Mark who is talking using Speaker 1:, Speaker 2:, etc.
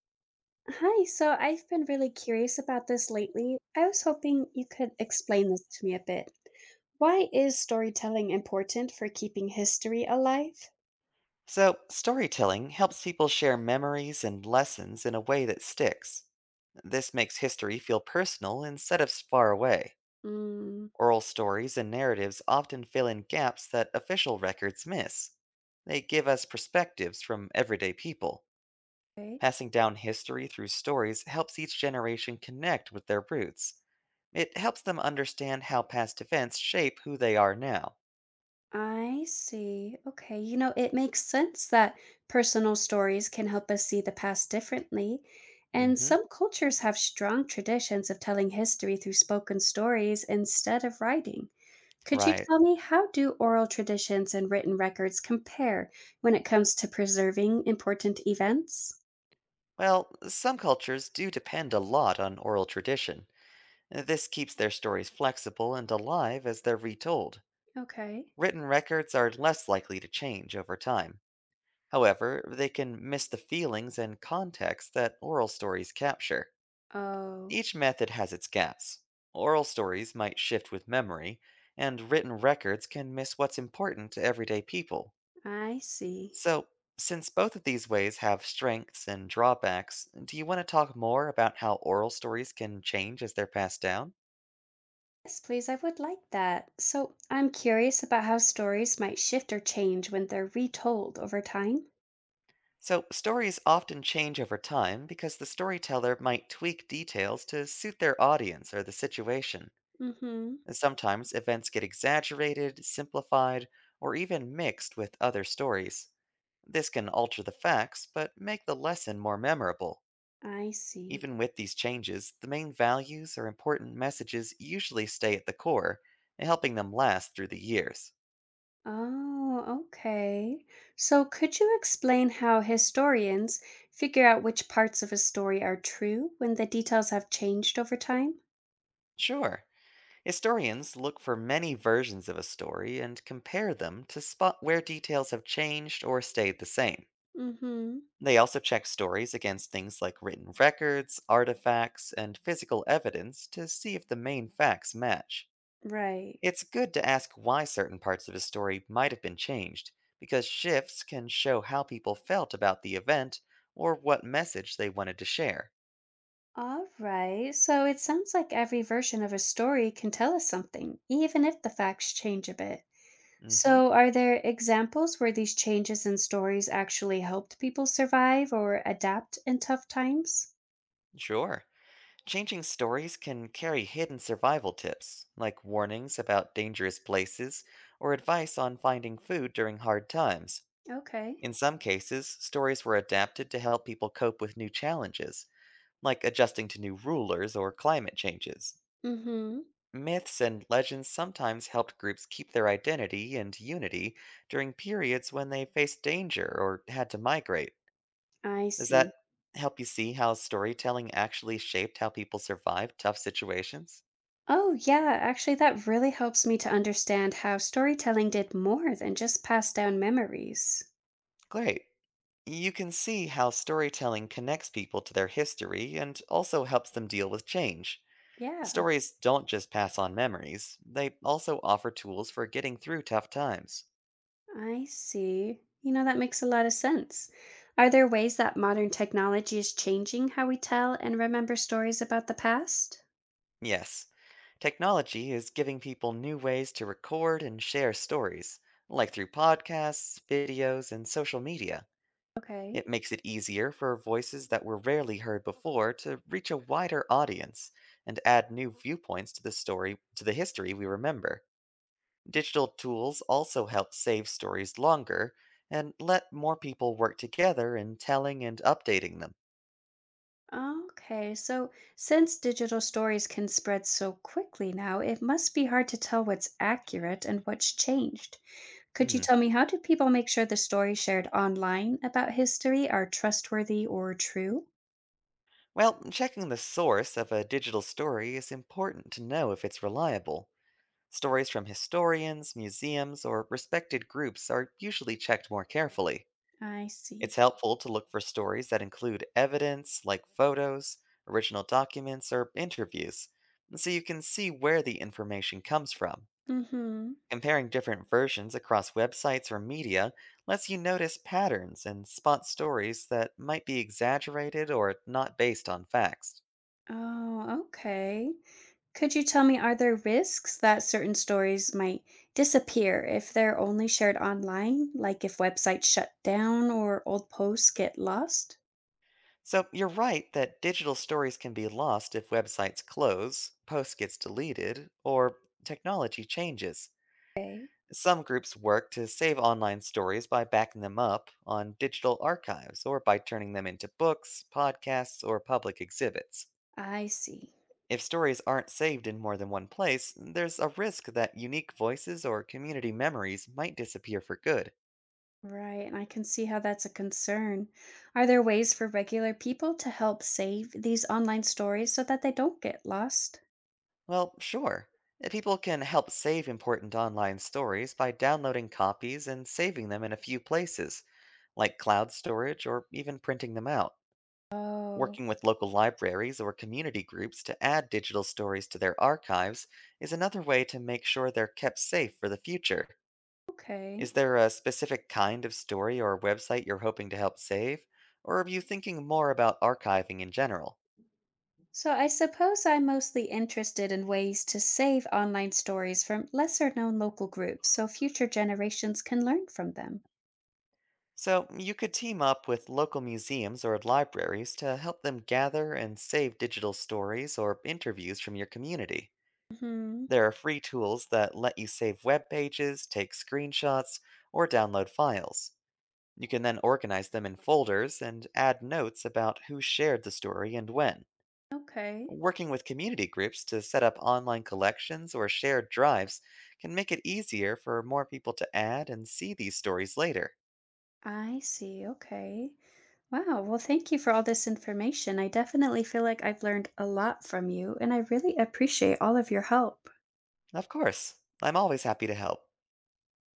Speaker 1: Hi, so I've been really curious about this lately. I was hoping you could explain this to me a bit. Why is storytelling important for keeping history alive?
Speaker 2: So, storytelling helps people share memories and lessons in a way that sticks. This makes history feel personal instead of far away.
Speaker 1: Mm.
Speaker 2: Oral stories and narratives often fill in gaps that official records miss. They give us perspectives from everyday people.
Speaker 1: Okay.
Speaker 2: Passing down history through stories helps each generation connect with their roots. It helps them understand how past events shape who they are now.
Speaker 1: I see. Okay, it makes sense that personal stories can help us see the past differently. And
Speaker 2: hmm,
Speaker 1: some cultures have strong traditions of telling history through spoken stories instead of writing. Could you
Speaker 2: right.
Speaker 1: tell me, how do oral traditions and written records compare when it comes to preserving important events?
Speaker 2: Well, some cultures do depend a lot on oral tradition. This keeps their stories flexible and alive as they're retold.
Speaker 1: Okay.
Speaker 2: Written records are less likely to change over time. However, they can miss the feelings and context that oral stories capture.
Speaker 1: Oh,
Speaker 2: Each method has its gaps. Oral stories might shift with memory, and written records can miss what's important to everyday people.
Speaker 1: I see.
Speaker 2: So, since both of these ways have strengths and drawbacks, do you want to talk more about how oral stories can change as they're passed down?
Speaker 1: Yes, please, I would like that. So, I'm curious about how stories might shift or change when they're retold over time.
Speaker 2: So, stories often change over time because the storyteller might tweak details to suit their audience or the situation.
Speaker 1: Mm-hmm.
Speaker 2: And sometimes events get exaggerated, simplified, or even mixed with other stories. This can alter the facts, but make the lesson more memorable.
Speaker 1: I see.
Speaker 2: Even with these changes, the main values or important messages usually stay at the core, helping them last through the years.
Speaker 1: Oh, okay. So, could you explain how historians figure out which parts of a story are true when the details have changed over time?
Speaker 2: Sure, historians look for many versions of a story and compare them to spot where details have changed or stayed the same.
Speaker 1: Mm-hmm.
Speaker 2: They also check stories against things like written records, artifacts, and physical evidence to see if the main facts match.
Speaker 1: Right.
Speaker 2: It's good to ask why certain parts of a story might have been changed, because shifts can show how people felt about the event or what message they wanted to share.
Speaker 1: All right. So it sounds like every version of a story can tell us something, even if the facts change a bit.
Speaker 2: hmm,
Speaker 1: So, are there examples where these changes in stories actually helped people survive or adapt in tough times?
Speaker 2: sure. Changing stories can carry hidden survival tips, like warnings about dangerous places or advice on finding food during hard times.
Speaker 1: Okay.
Speaker 2: In some cases, stories were adapted to help people cope with new challenges, like adjusting to new rulers or climate changes.
Speaker 1: Mm-hmm.
Speaker 2: Myths and legends sometimes helped groups keep their identity and unity during periods when they faced danger or had to migrate.
Speaker 1: I
Speaker 2: Does that
Speaker 1: see.
Speaker 2: help you see how storytelling actually shaped how people survived tough situations?
Speaker 1: Oh, yeah. Actually, that really helps me to understand how storytelling did more than just pass down memories.
Speaker 2: Great. You can see how storytelling connects people to their history and also helps them deal with change.
Speaker 1: Yeah.
Speaker 2: Stories don't just pass on memories, they also offer tools for getting through tough times.
Speaker 1: I see. You know, that makes a lot of sense. Are there ways that modern technology is changing how we tell and remember stories about the past?
Speaker 2: Yes, technology is giving people new ways to record and share stories, like through podcasts, videos, and social media. It
Speaker 1: Okay.
Speaker 2: makes it easier for voices that were rarely heard before to reach a wider audience and add new viewpoints to the story to the history we remember. Digital tools also help save stories longer and let more people work together in telling and updating them.
Speaker 1: Okay, so since digital stories can spread so quickly now, it must be hard to tell what's accurate and what's changed. Could you
Speaker 2: Hmm.
Speaker 1: tell me, how do people make sure the stories shared online about history are trustworthy or true?
Speaker 2: Well, checking the source of a digital story is important to know if it's reliable. Stories from historians, museums, or respected groups are usually checked more carefully.
Speaker 1: I
Speaker 2: It's
Speaker 1: see.
Speaker 2: helpful to look for stories that include evidence, like photos, original documents, or interviews, so you can see where the information comes from.
Speaker 1: Mm hmm.
Speaker 2: Comparing different versions across websites or media lets you notice patterns and spot stories that might be exaggerated or not based on facts.
Speaker 1: Oh, okay. Could you tell me, are there risks that certain stories might disappear if they're only shared online, like if websites shut down or old posts get lost?
Speaker 2: So you're right that digital stories can be lost if websites close, posts gets deleted, or technology changes.
Speaker 1: Okay,
Speaker 2: Some groups work to save online stories by backing them up on digital archives or by turning them into books, podcasts, or public exhibits.
Speaker 1: I see.
Speaker 2: If stories aren't saved in more than one place, there's a risk that unique voices or community memories might disappear for good.
Speaker 1: Right, and I can see how that's a concern. Are there ways for regular people to help save these online stories so that they don't get lost?
Speaker 2: Well, sure. People can help save important online stories by downloading copies and saving them in a few places, like cloud storage or even printing them out.
Speaker 1: Oh,
Speaker 2: Working with local libraries or community groups to add digital stories to their archives is another way to make sure they're kept safe for the future.
Speaker 1: okay.
Speaker 2: Is there a specific kind of story or website you're hoping to help save? Or are you thinking more about archiving in general?
Speaker 1: So, I suppose I'm mostly interested in ways to save online stories from lesser known local groups so future generations can learn from them.
Speaker 2: So, you could team up with local museums or libraries to help them gather and save digital stories or interviews from your community.
Speaker 1: Hmm.
Speaker 2: There are free tools that let you save web pages, take screenshots, or download files. You can then organize them in folders and add notes about who shared the story and when.
Speaker 1: Okay.
Speaker 2: Working with community groups to set up online collections or shared drives can make it easier for more people to add and see these stories later.
Speaker 1: I see. Okay. Wow. Well, thank you for all this information. I definitely feel like I've learned a lot from you, and I really appreciate all of your help.
Speaker 2: Of course, I'm always happy to help.